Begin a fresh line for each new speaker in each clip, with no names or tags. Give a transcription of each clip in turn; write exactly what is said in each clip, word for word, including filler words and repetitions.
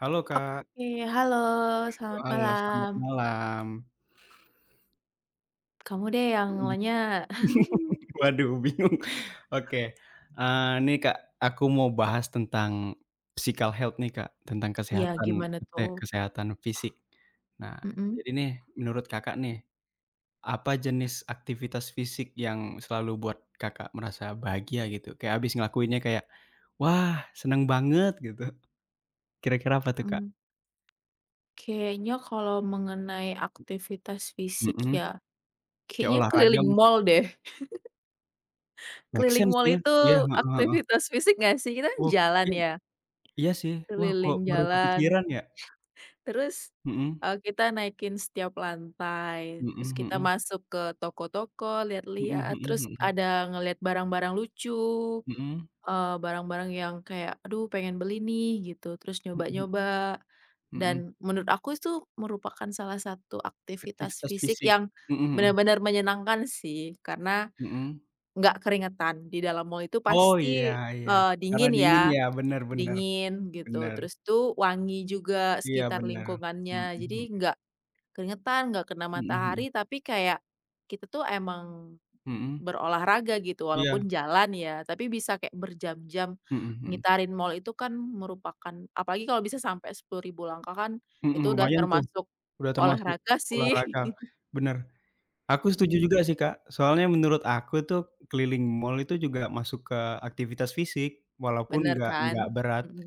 Halo Kak,
Oke, halo, selamat
halo selamat
malam.
malam.
Kamu deh yang
Mhm.
nanya.
Waduh bingung. Oke, eee, nih Kak, aku mau bahas tentang physical health nih Kak, tentang
Iya,
kesehatan
gimana
kete
tuh?
kesehatan fisik. Nah,
Mhm.
jadi nih menurut Kakak nih, apa jenis aktivitas fisik yang selalu buat Kakak merasa bahagia gitu? Kayak habis ngelakuinnya kayak, "Wah seneng banget," gitu. Kira-kira apa tuh Kak?
Mmm, kayaknya kalau mengenai aktivitas fisik
Mhm,
ya,
kayak
kayaknya
olahraga
keliling
mungkin?
mall deh.
Make
Keliling
sense
mall
sih ya.
itu
Iya, heeh heeh.
aktivitas fisik nggak sih? Kita kan
Wo,
jalan ya,
Iya sih. Wah, kok
keliling
baru
jalan,
kepikiran ya?
terus,
Mhm,
eee, kita naikin setiap lantai,
mhm
terus kita
mhm,
masuk ke toko-toko,
mhm
lihat-lihat,
mhm
terus
mhm,
ada ngelihat barang-barang lucu.
mhm,
Eee, barang-barang yang kayak, "Aduh pengen beli nih," gitu, terus
mhm
nyoba-nyoba,
mhm.
dan menurut aku itu merupakan salah satu aktivitas
Aktivitas
fisik
fisik.
yang
Mhm mhm,
benar-benar menyenangkan sih, karena
mhm.
nggak keringetan. Di dalam mall itu
Oh, iya
pasti,
iya,
eee,
karena
dingin
dingin
ya,
ya, bener bener
dingin gitu,
bener.
terus tuh wangi juga
Iya,
sekitar
bener. Mhm
lingkungannya, jadi
mhm,
nggak keringetan, nggak kena
mhm
matahari, tapi kayak kita tuh emang
mhm, mhm.
berolahraga gitu,
Iya,
walaupun jalan ya, tapi bisa kayak berjam-jam
mhm mhm,
ngitarin mall itu kan merupakan apalagi kalau bisa sampai sepuluh ribu langkah kan, itu
mhm,
udah
lumayan tuh,
termasuk
udah termasuk
olahraga sih.
olahraga, bener. Aku setuju
Mhm,
juga sih, Kak, soalnya menurut aku tuh keliling mall itu juga masuk ke aktivitas fisik, walaupun
bener
nggak
kan?
nggak berat.
Mhm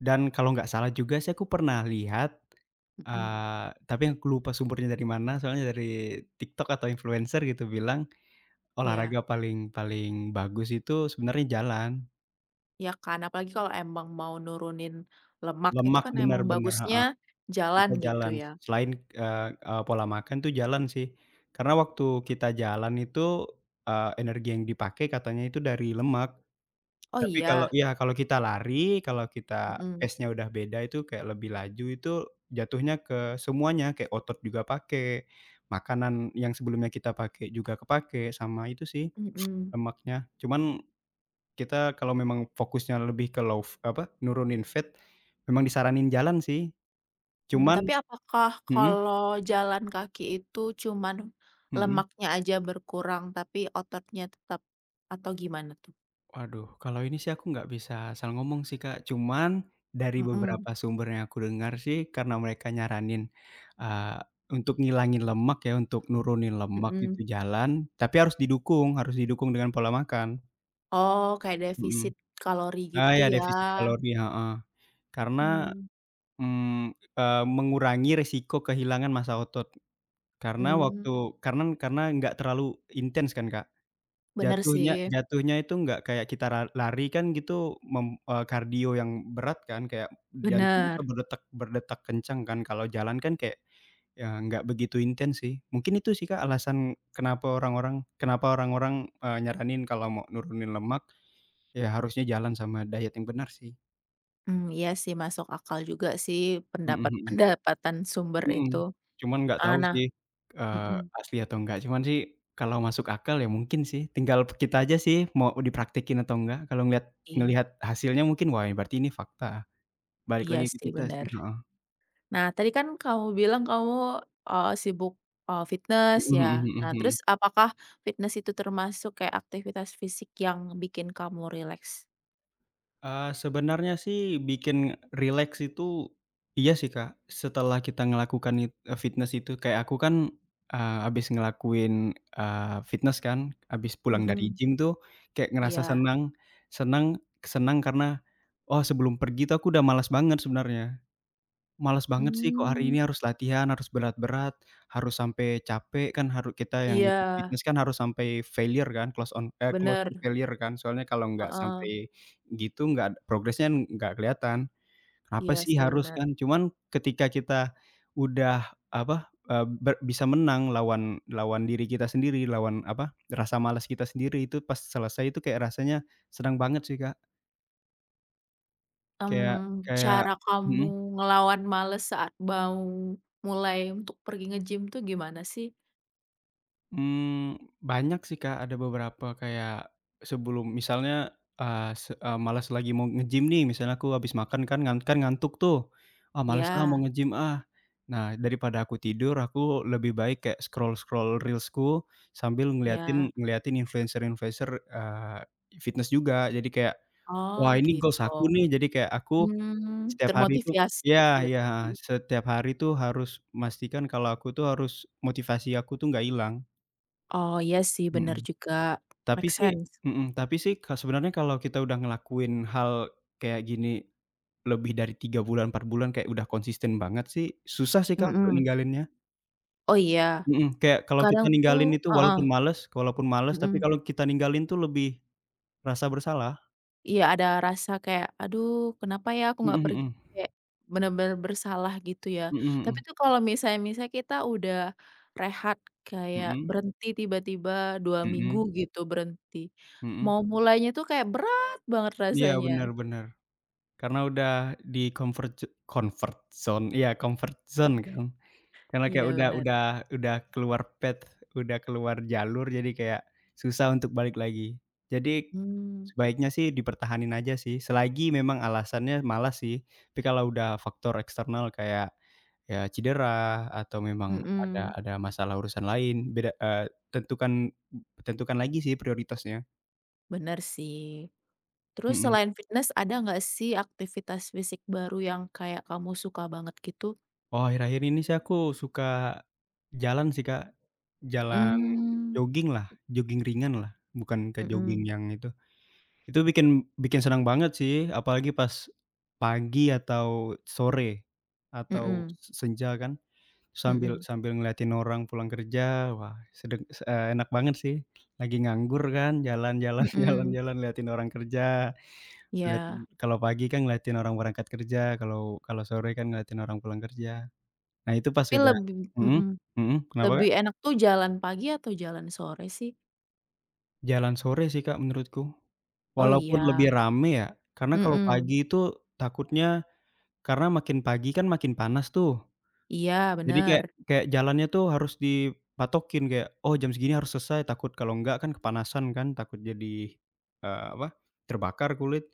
Dan kalau nggak salah juga sih aku pernah lihat,
mhm,
eee, tapi aku lupa sumbernya dari mana, soalnya dari TikTok atau influencer gitu bilang, olahraga
iya
paling paling bagus itu sebenarnya jalan.
iya kan, apalagi kalau emang mau nurunin lemak itu
Lemak
kan emang
benar-benar
bagusnya
heeh,
jalan
kita
gitu
jalan.
ya.
Selain, eee eee, pola makan tuh jalan sih. Karena waktu kita jalan itu, eee, energi yang dipakai katanya itu dari lemak.
Oh
Tapi kalau
iya?
ya kalau kita lari, kalau kita
Mhm
pace-nya udah beda itu kayak lebih laju, itu jatuhnya ke semuanya, kayak otot juga pakai, makanan yang sebelumnya kita pakai juga kepakai, sama itu sih
mhm.
lemaknya. Cuman kita kalau memang fokusnya lebih ke low f apa, nurunin fat, memang disaranin jalan sih.
Mmm,
Cuman
tapi apakah
mhm
kalau jalan kaki itu cuman
mhm.
lemaknya aja berkurang, tapi ototnya tetap atau gimana tuh?
Waduh, kalau ini sih aku nggak bisa asal ngomong sih, Kak. Cuman dari
Mhm,
beberapa sumber yang aku dengar sih karena mereka nyaranin, eee, untuk ngilangin lemak ya, untuk nurunin lemak itu
mhm.
jalan, tapi harus didukung harus didukung dengan pola makan.
Oh, kayak
Mhm.
defisit kalori
Ah,
gitu
ya
ya?
defisit kalori, heeh. Karena,
Mmm,
mmm, eee, mengurangi resiko kehilangan massa otot. Karena
mmm,
waktu karena karena nggak terlalu intens kan, Kak.
bener
Jatuhnya
sih,
jatuhnya itu nggak kayak kita la lari kan gitu mem eee, kardio yang berat kan, kayak jantung kita
bener.
berdetak berdetak kencang kan, kalau jalan kan kayak, ya nggak begitu intens sih. Mungkin itu sih, Kak, alasan kenapa orang-orang kenapa orang-orang, eee, nyaranin kalau mau nurunin lemak, ya harusnya jalan sama diet yang benar sih.
Mmm, iya sih masuk akal juga sih
Mhm
pendapat
mhm.
pendapatan sumber
Mhm,
itu.
cuman nggak
Ah,
tahu
nah
sih, eee,
mhm,
asli atau enggak, cuman sih kalau masuk akal ya mungkin sih, tinggal kita aja sih mau dipraktekin atau enggak, kalau ngelihat
i
ngelihat hasilnya mungkin, wah berarti ini fakta, balik
iya
lagi ke
sih
kita sih,
bener.
heeh,
Nah, tadi kan kamu bilang kamu, eee, sibuk, eee, fitnes
mhm
ya.
mhm mhm
Nah,
mhm.
terus apakah fitness itu termasuk kayak aktivitas fisik yang bikin kamu rileks?
Eee, sebenarnya sih bikin rileks itu iya sih, Kak. Setelah kita ngelakukan it eee, fitnes itu kayak aku kan, eee, habis ngelakuin, eee, fitnes kan, habis pulang dari
Mhm,
gym tuh kayak ngerasa
iya.
senang senang senang karena, oh sebelum pergi tuh aku udah malas banget sebenarnya. Males banget sih kok hari
Mmm,
ini harus latihan, harus berat-berat, harus sampai capek kan haru kita yang
iya,
ikut fitnes kan harus sampai failure kan, close on eh, close to
bener,
failure kan, soalnya kalau nggak
heeh,
sampai gitu nggak progresnya nggak kelihatan. Kenapa
iya
sih
sih
harus
bener.
kan, cuman ketika kita udah apa, eee, ber bisa menang lawan lawan diri kita sendiri, lawan apa, rasa malas kita sendiri itu pas selesai itu kayak rasanya senang banget sih, Kak. Kayak
Mmm,
kayak
cara
mhm.
kamu ngelawan males saat mau mulai untuk pergi nge-gym tuh gimana sih?
Mmm, banyak sih, Kak, ada beberapa kayak sebelum misalnya, eee, se eee, malas lagi mau nge-gym nih, misalnya aku habis makan kan ngan kan ngantuk tuh, "Ah, males ah, mau
Ya,
nge-gym ah." Nah, daripada aku tidur, aku lebih baik kayak scroll-scroll Reels-ku sambil ngeliatin
ya.
ngeliatin influencer-influencer, eee, fitnes juga. Jadi kayak,
Oh
"Wah, ini goals
gitu.
aku nih." Jadi kayak aku
Mmm,
setiap hari itu
termotivasi,
ya
iya
ya, heeh,
sih.
setiap hari tuh harus memastikan kalau aku tuh harus motivasi aku tuh nggak hilang.
Oh, iya sih, bener
Mhm.
juga.
Tapi
Make
sih
sense.
mhm, tapi sih ka sebenarnya kalau kita udah ngelakuin hal kayak gini lebih dari tiga bulan, empat bulan kayak udah konsisten banget sih, susah sih, Kak, untuk
Mhm.
ninggalinnya.
Oh, iya.
Mhm, kayak kalau kita
Kadang tuh
ninggalin itu
heeh,
walaupun males walaupun males, tapi
mhm.
kalau kita ninggalin tuh lebih rasa bersalah.
Iya, ada rasa kayak, "Aduh, kenapa ya aku
Mhm
nggak pergi?"
mhm.
Kayak bener-bener bersalah gitu ya.
Mhm
Tapi
mhm.
tuh kalau misalnya misalnya kita udah rehat, kayak
Mhm
berhenti tiba-tiba dua minggu
mhm
gitu berhenti,
mhm.
mau mulainya tuh kayak berat banget
Iya,
rasanya.
bener bener. Karena udah di comfort z comfort zone iya, comfort zone kan. Karena kayak
Iya,
udah
bener.
udah udah keluar path, udah keluar jalur, jadi kayak susah untuk balik lagi. Jadi,
Mmm,
sebaiknya sih dipertahanin aja sih, selagi memang alasannya malas sih. Tapi kalau udah faktor eksternal kayak, ya cedera atau memang ada
mhm,
ada masalah urusan lain, beda eee, tentukan tentukan lagi sih prioritasnya,
bener sih. Terus
mhm.
selain fitness ada nggak sih aktivitas fisik baru yang kayak kamu suka banget gitu?
Oh, akhir-akhir ini sih aku suka jalan sih, Kak, jalan
Mmm,
jogging lah, jogging ringan lah, bukan ke jogging
mhm
yang itu. Itu bikin bikin senang banget sih, apalagi pas pagi atau sore atau
mhm
se senja kan, sambil
mhm
sambil ngeliatin orang pulang kerja, wah sedeng se eee, enak banget sih. Lagi nganggur kan, jalan jalan jalan
mhm,
jalan, liatin orang kerja, liatin
iya.
kalau pagi kan ngeliatin orang berangkat kerja, kalau kalau sore kan ngeliatin orang pulang kerja. Nah itu pas
Tapi
udah
lebih
mhm
mhm,
mhm, kenapa, Kak?
lebih enak tuh jalan pagi atau jalan sore sih?
Jalan sore sih, Kak, menurutku.
Oh
Walaupun lebih
iya,
rame ya, karena kalau
mhm,
pagi itu takutnya Karena makin pagi kan makin panas tuh.
iya
Jadi
bener,
kayak kayak jalannya tuh harus dipatokin kayak, "Oh jam segini harus selesai," takut kalau enggak kan kepanasan kan, takut jadi, eee, apa, terbakar kulit.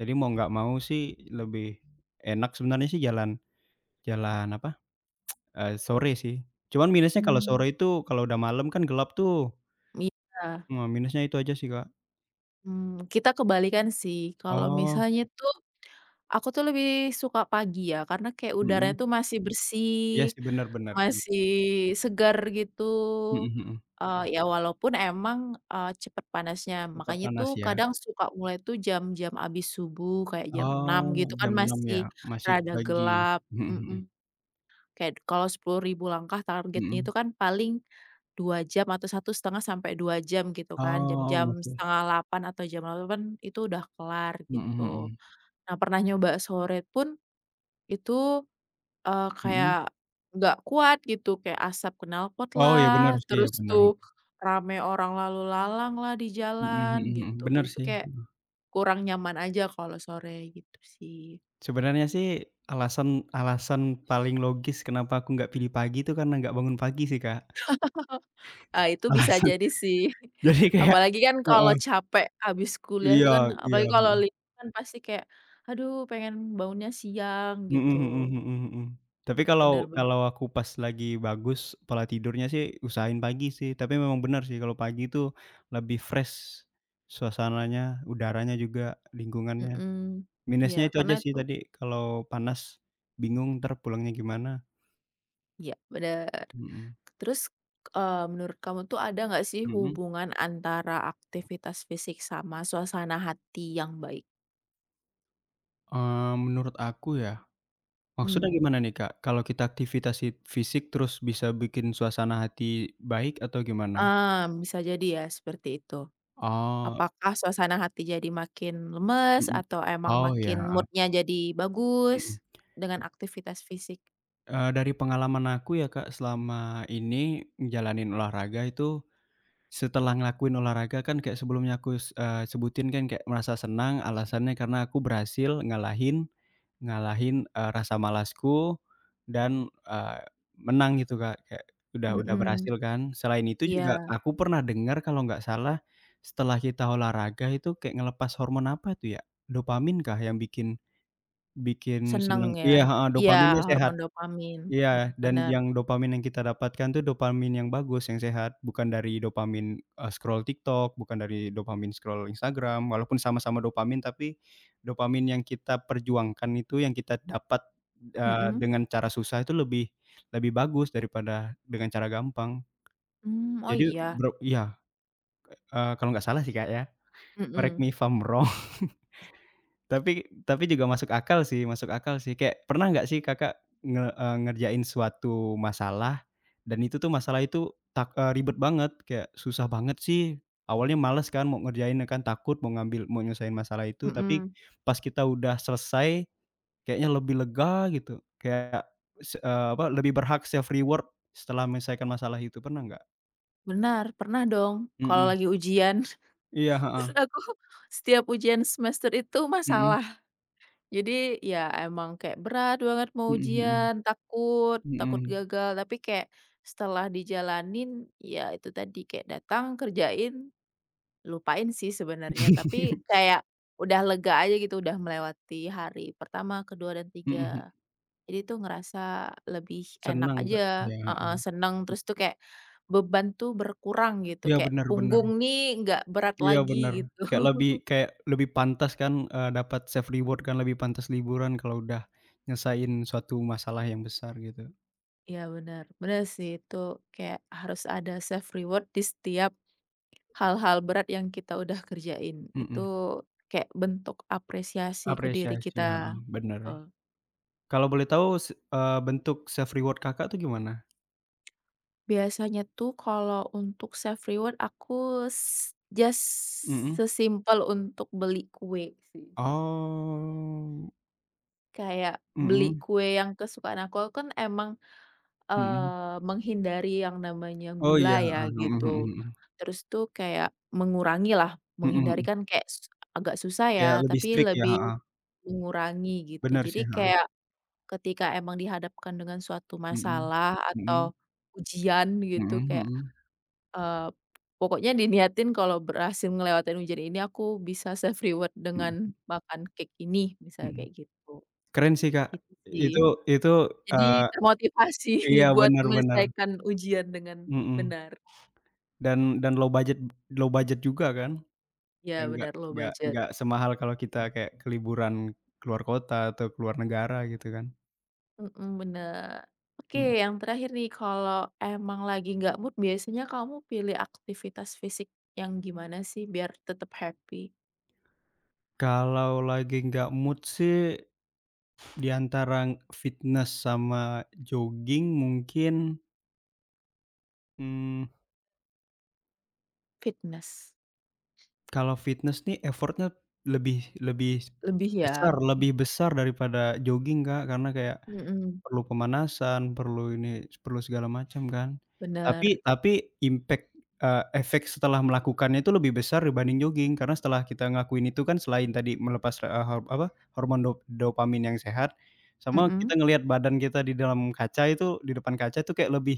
Jadi mau nggak mau sih lebih enak sebenarnya sih jalan jalan apa, eee, sore sih. Cuman minusnya kalau
mmm,
sore itu kalau udah malam kan gelap tuh.
iya,
Nah minusnya itu aja sih, Kak.
mmm, kita kebalikan sih kalau
Oh,
misalnya tuh aku tuh lebih suka pagi ya karena kayak
mhm.
udaranya tuh masih bersih
Iya sih bener bener,
masih segar gitu,
mhm mhm.
eee, mhm. Ya walaupun emang, eee, cepet panasnya,
Cepat
makanya
panas
tuh
ya.
kadang suka mulai tuh jam-jam habis subuh kayak jam
Oh,
enam gitu kan
jam enam ya?
masih
Masih
rada
pagi.
gelap,
Mhm mhm,
mhm, kayak kalau sepuluh ribu langkah targetnya
mhm.
itu kan paling dua jam atau satu setengah sampai dua jam gitu kan,
Oh,
jam-jam
masih
setengah delapan atau jam delapan itu udah kelar
mhm
gitu.
mhm,
Nah pernah nyoba sore pun itu Eee,
mhm.
kayak nggak kuat gitu, kayak asap knalpot
Oh ya bener
lah
sih, ya
terus
bener.
tuh rame orang lalu lalang lah di
Mhm
jalan
mhm
gitu.
mhm, bener
Jadi tuh
sih.
kayak kurang nyaman aja kalau sore gitu sih.
Sebenarnya sih alasan alasan paling logis kenapa aku nggak pilih pagi itu karena nggak bangun pagi sih, Kak,
Eee, itu bisa
alasan.
jadi sih.
Jadi kayak
Apalagi kan kalau
heeh,
capek habis kuliah itu
iya
kan
iya,
apalagi kalau
heeh.
libur kan pasti kayak, "Aduh pengen bangunnya siang,"
Mhm
gitu.
mhm mhm mhm. Tapi
Bener
kalau
bener.
kalau aku pas lagi bagus pola tidurnya sih usahain pagi sih, tapi memang benar sih kalau pagi itu lebih fresh suasananya, udaranya juga, lingkungannya.
Mhm. Iya,
Minusnya itu
karena
aja sih
itu
tadi kalau panas bingung entar pulangnya gimana.
iya, bener.
Mhm
Terus, eee, menurut kamu tuh ada nggak sih
mhm.
hubungan antara aktivitas fisik sama suasana hati yang baik?
Eee, menurut aku ya, maksudnya
Mmm.
gimana nih, Kak? Kalau kita aktivitas hit fisik terus bisa bikin suasana hati baik atau gimana?
Ah, bisa jadi ya seperti itu.
Oh,
Apakah suasana hati jadi makin lemes
mhm.
atau emang
Oh ya,
makin moodnya jadi
mhm.
bagus dengan aktivitas fisik?
Eee, dari pengalaman aku ya, Kak, selama ini ngejalanin olahraga itu, setelah ngelakuin olahraga kan kayak sebelumnya aku s eee, sebutin kan kayak merasa senang alasannya karena aku berhasil ngalahin ngalahin, eee, rasa malasku dan, eee, menang gitu, Kak, kayak udah udah
Mhm,
berhasil kan. Selain itu juga
iya,
aku pernah dengar kalau nggak salah setelah kita olahraga itu kayak ngelepas hormon apa tuh ya, dopamin kah yang bikin bikin
seneng
senang
ya?
iya, heeh,
Iya,
dopaminnya sehat.
hormon dopamin,
Iya,
mm-mm,
dan
benar.
yang dopamin yang kita dapatkan tuh dopamin yang bagus, yang sehat, bukan dari dopamin, eee, scroll TikTok, bukan dari dopamin scroll Instagram, walaupun sama-sama dopamin, tapi dopamin yang kita perjuangkan itu, yang kita dapat,
Bener,
eee,
mhm,
dengan cara susah itu lebih lebih bagus daripada dengan cara gampang.
mmm, oh
Jadi
iya,
bro iya, eee, kalau nggak salah sih, Kak, ya, correct
mhm
me if I'm wrong. Tapi tapi juga masuk akal sih masuk akal sih. Kayak pernah nggak sih Kakak nge eee, ngerjain suatu masalah dan itu tuh masalah itu tak eee, ribet banget, kayak susah banget sih, awalnya males kan mau ngerjain ya kan, takut mau ngambil mau nyelesain masalah itu, tapi
mhm,
pas kita udah selesai kayaknya lebih lega gitu, kayak se eee, apa, lebih berhak self reward setelah menyelesaikan masalah itu, pernah nggak?
benar, pernah dong kalau
Mhm.
lagi ujian.
Iya,
Terus
heeh.
aku setiap ujian semester itu
Mhm.
masalah. Jadi ya emang kayak berat banget mau
Mhm mhm.
ujian, takut, takut
Mhm.
gagal, tapi kayak setelah dijalanin, ya itu tadi kayak datang, kerjain, lupain sih sebenarnya, tapi kayak udah lega aja gitu, udah melewati hari pertama, kedua, dan
Mhm mhm.
tiga. Jadi tuh ngerasa lebih enak
Senang Kak.
aja,
Iya,
heeh,
heeh.
seneng, terus tuh kayak beban tuh berkurang gitu,
Iya
kayak
bener bener
punggung nih nggak berat
iya bener,
lagi gitu.
kayak lebih kayak lebih pantas kan, eee, dapat self reward kan, lebih pantas liburan kalau udah nyelesain suatu masalah yang besar gitu,
Iya benar, benar sih itu kayak harus ada self reward di setiap hal-hal berat yang kita udah kerjain. Itu
mhm,
kayak bentuk apresiasi ke diri
apresiasi, heeh,
kita.
bener.
Betul.
Kalau boleh tahu s eee, bentuk self reward Kakak tuh gimana?
Biasanya tuh kalau untuk self reward aku s- just
Mhm.
sesimpel untuk beli kue sih.
Oh,
Kayak beli
mhm
kue yang kesukaan aku, aku kan emang
mhm.
Eee, menghindari yang namanya
Oh iya,
gula ya
heeh, mhm mhm
gitu.
mhm,
Terus tuh kayak mengurangi lah,
mhm
menghindari
mhm,
kan kayak s agak susah ya,
kayak lebih
tapi
strict ya,
lebih
heeh,
mengurangi gitu.
bener sih,
Jadi
heeh,
kayak ketika emang dihadapkan dengan suatu
mhm,
masalah
mhm,
atau ujian
mhm
gitu
mhm
kayak,
mhm,
eee, pokoknya diniatin kalau berhasil ngelewatin ujian ini aku bisa self reward
mhm
dengan makan cake ini, misalnya
mhm.
kayak gitu,
Keren sih, Kak.
gitu sih.
Itu itu,
Jadi
eee
termotivasi
iya,
buat
bener bener,
menyelesaikan ujian dengan
mhm,
benar.
dan dan low budget low budget juga kan? Kayak
Ya
nggak
benar low
nggak
budget.
nggak semahal kalau kita kayak ke liburan keluar kota atau keluar negara gitu kan,
Mhm, bener. Oke,
mhm.
yang terakhir nih, kalau emang lagi nggak mood biasanya kamu pilih aktivitas fisik yang gimana sih biar tetap happy?
Kalau lagi nggak mood sih di antara fitness sama jogging mungkin. mmm,
Fitness.
kalau fitness nih effort-nya lebih lebih
Lebih
besar
ya?
lebih besar daripada jogging, Kak, karena kayak
Mhm,
Perlu pemanasan, perlu ini, perlu segala macam kan.
bener.
Tapi tapi impact, eee, efek setelah melakukannya itu lebih besar dibanding jogging, karena setelah kita ngakuin itu kan selain tadi melepas, eee, ho apa, hormon dop dopamin yang sehat, sama kita
Mhm.
ngelihat badan kita di dalam kaca itu, di depan kaca itu kayak lebih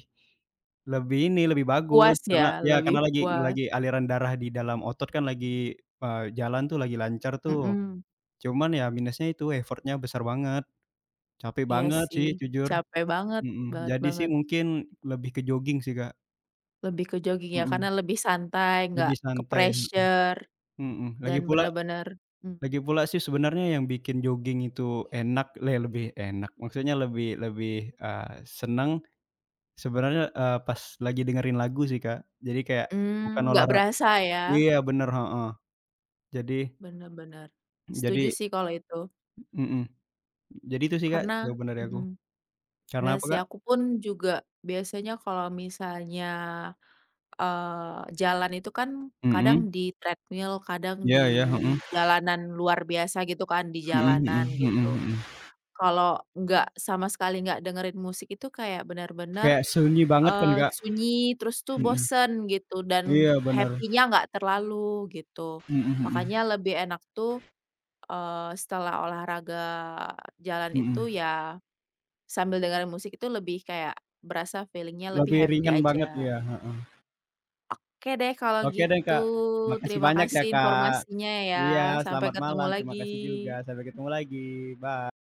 lebih ini, lebih bagus
Puas
karena
ya?
ya
Lebih
karena lagi
puas.
lagi aliran darah di dalam otot kan lagi, eee, jalan tuh lagi lancar tuh.
Mhm,
Cuman ya minusnya itu effort-nya besar banget, capek
iya
banget sih
sih,
jujur.
capek banget
Mhm,
banget
jadi sih
banget.
mungkin lebih ke jogging sih, Kak,
Lebih ke jogging ya,
mhm,
karena lebih santai, nggak
lebih
ke
santai, mhm
pressure.
mhm, lagi
Dan
pula
benar-benar
lagi pula sih sebenarnya yang bikin jogging itu enak le lebih enak, maksudnya lebih lebih, eee, seneng sebenarnya, eee, pas lagi dengerin lagu sih, Kak, jadi kayak bukan
mhm, nggak
olahra
berasa ya,
iya bener, heeh, jadi
benar-benar setuju
jadi
sih kalau itu,
mhm, jadi itu sih, Kak,
karena
jawaban dari aku.
mhm,
Karena
bener
apa,
sih
Kak?
aku pun juga biasanya kalau misalnya, eee, jalan itu kan kadang
Mhm,
di treadmill, kadang di
iya iya, mhm,
jalanan luar biasa gitu kan, di
mhm mhm
jalanan
mhm
gitu.
mhm,
Kalau nggak sama sekali nggak dengerin musik itu kayak benar-benar
kayak sunyi banget kan,
Eee,
Kak?
sunyi terus tuh
Mhm,
bosen gitu dan
iya bener,
happy-nya nggak terlalu gitu.
mhm mhm.
Makanya lebih enak tuh, eee, setelah olahraga jalan itu
Mhm,
ya sambil dengerin musik itu lebih kayak berasa feeling-nya lebih
lebih
happy
ringan banget
aja.
ya. Heeh.
Oke deh kalau
Oke deh,
gitu
Kak, makasih
terima
banyak ya,
kasih
Kak.
informasinya ya,
Iya,
sampai
selamat
ketemu
malam, terima
lagi.
kasih juga, sampai ketemu lagi, bye.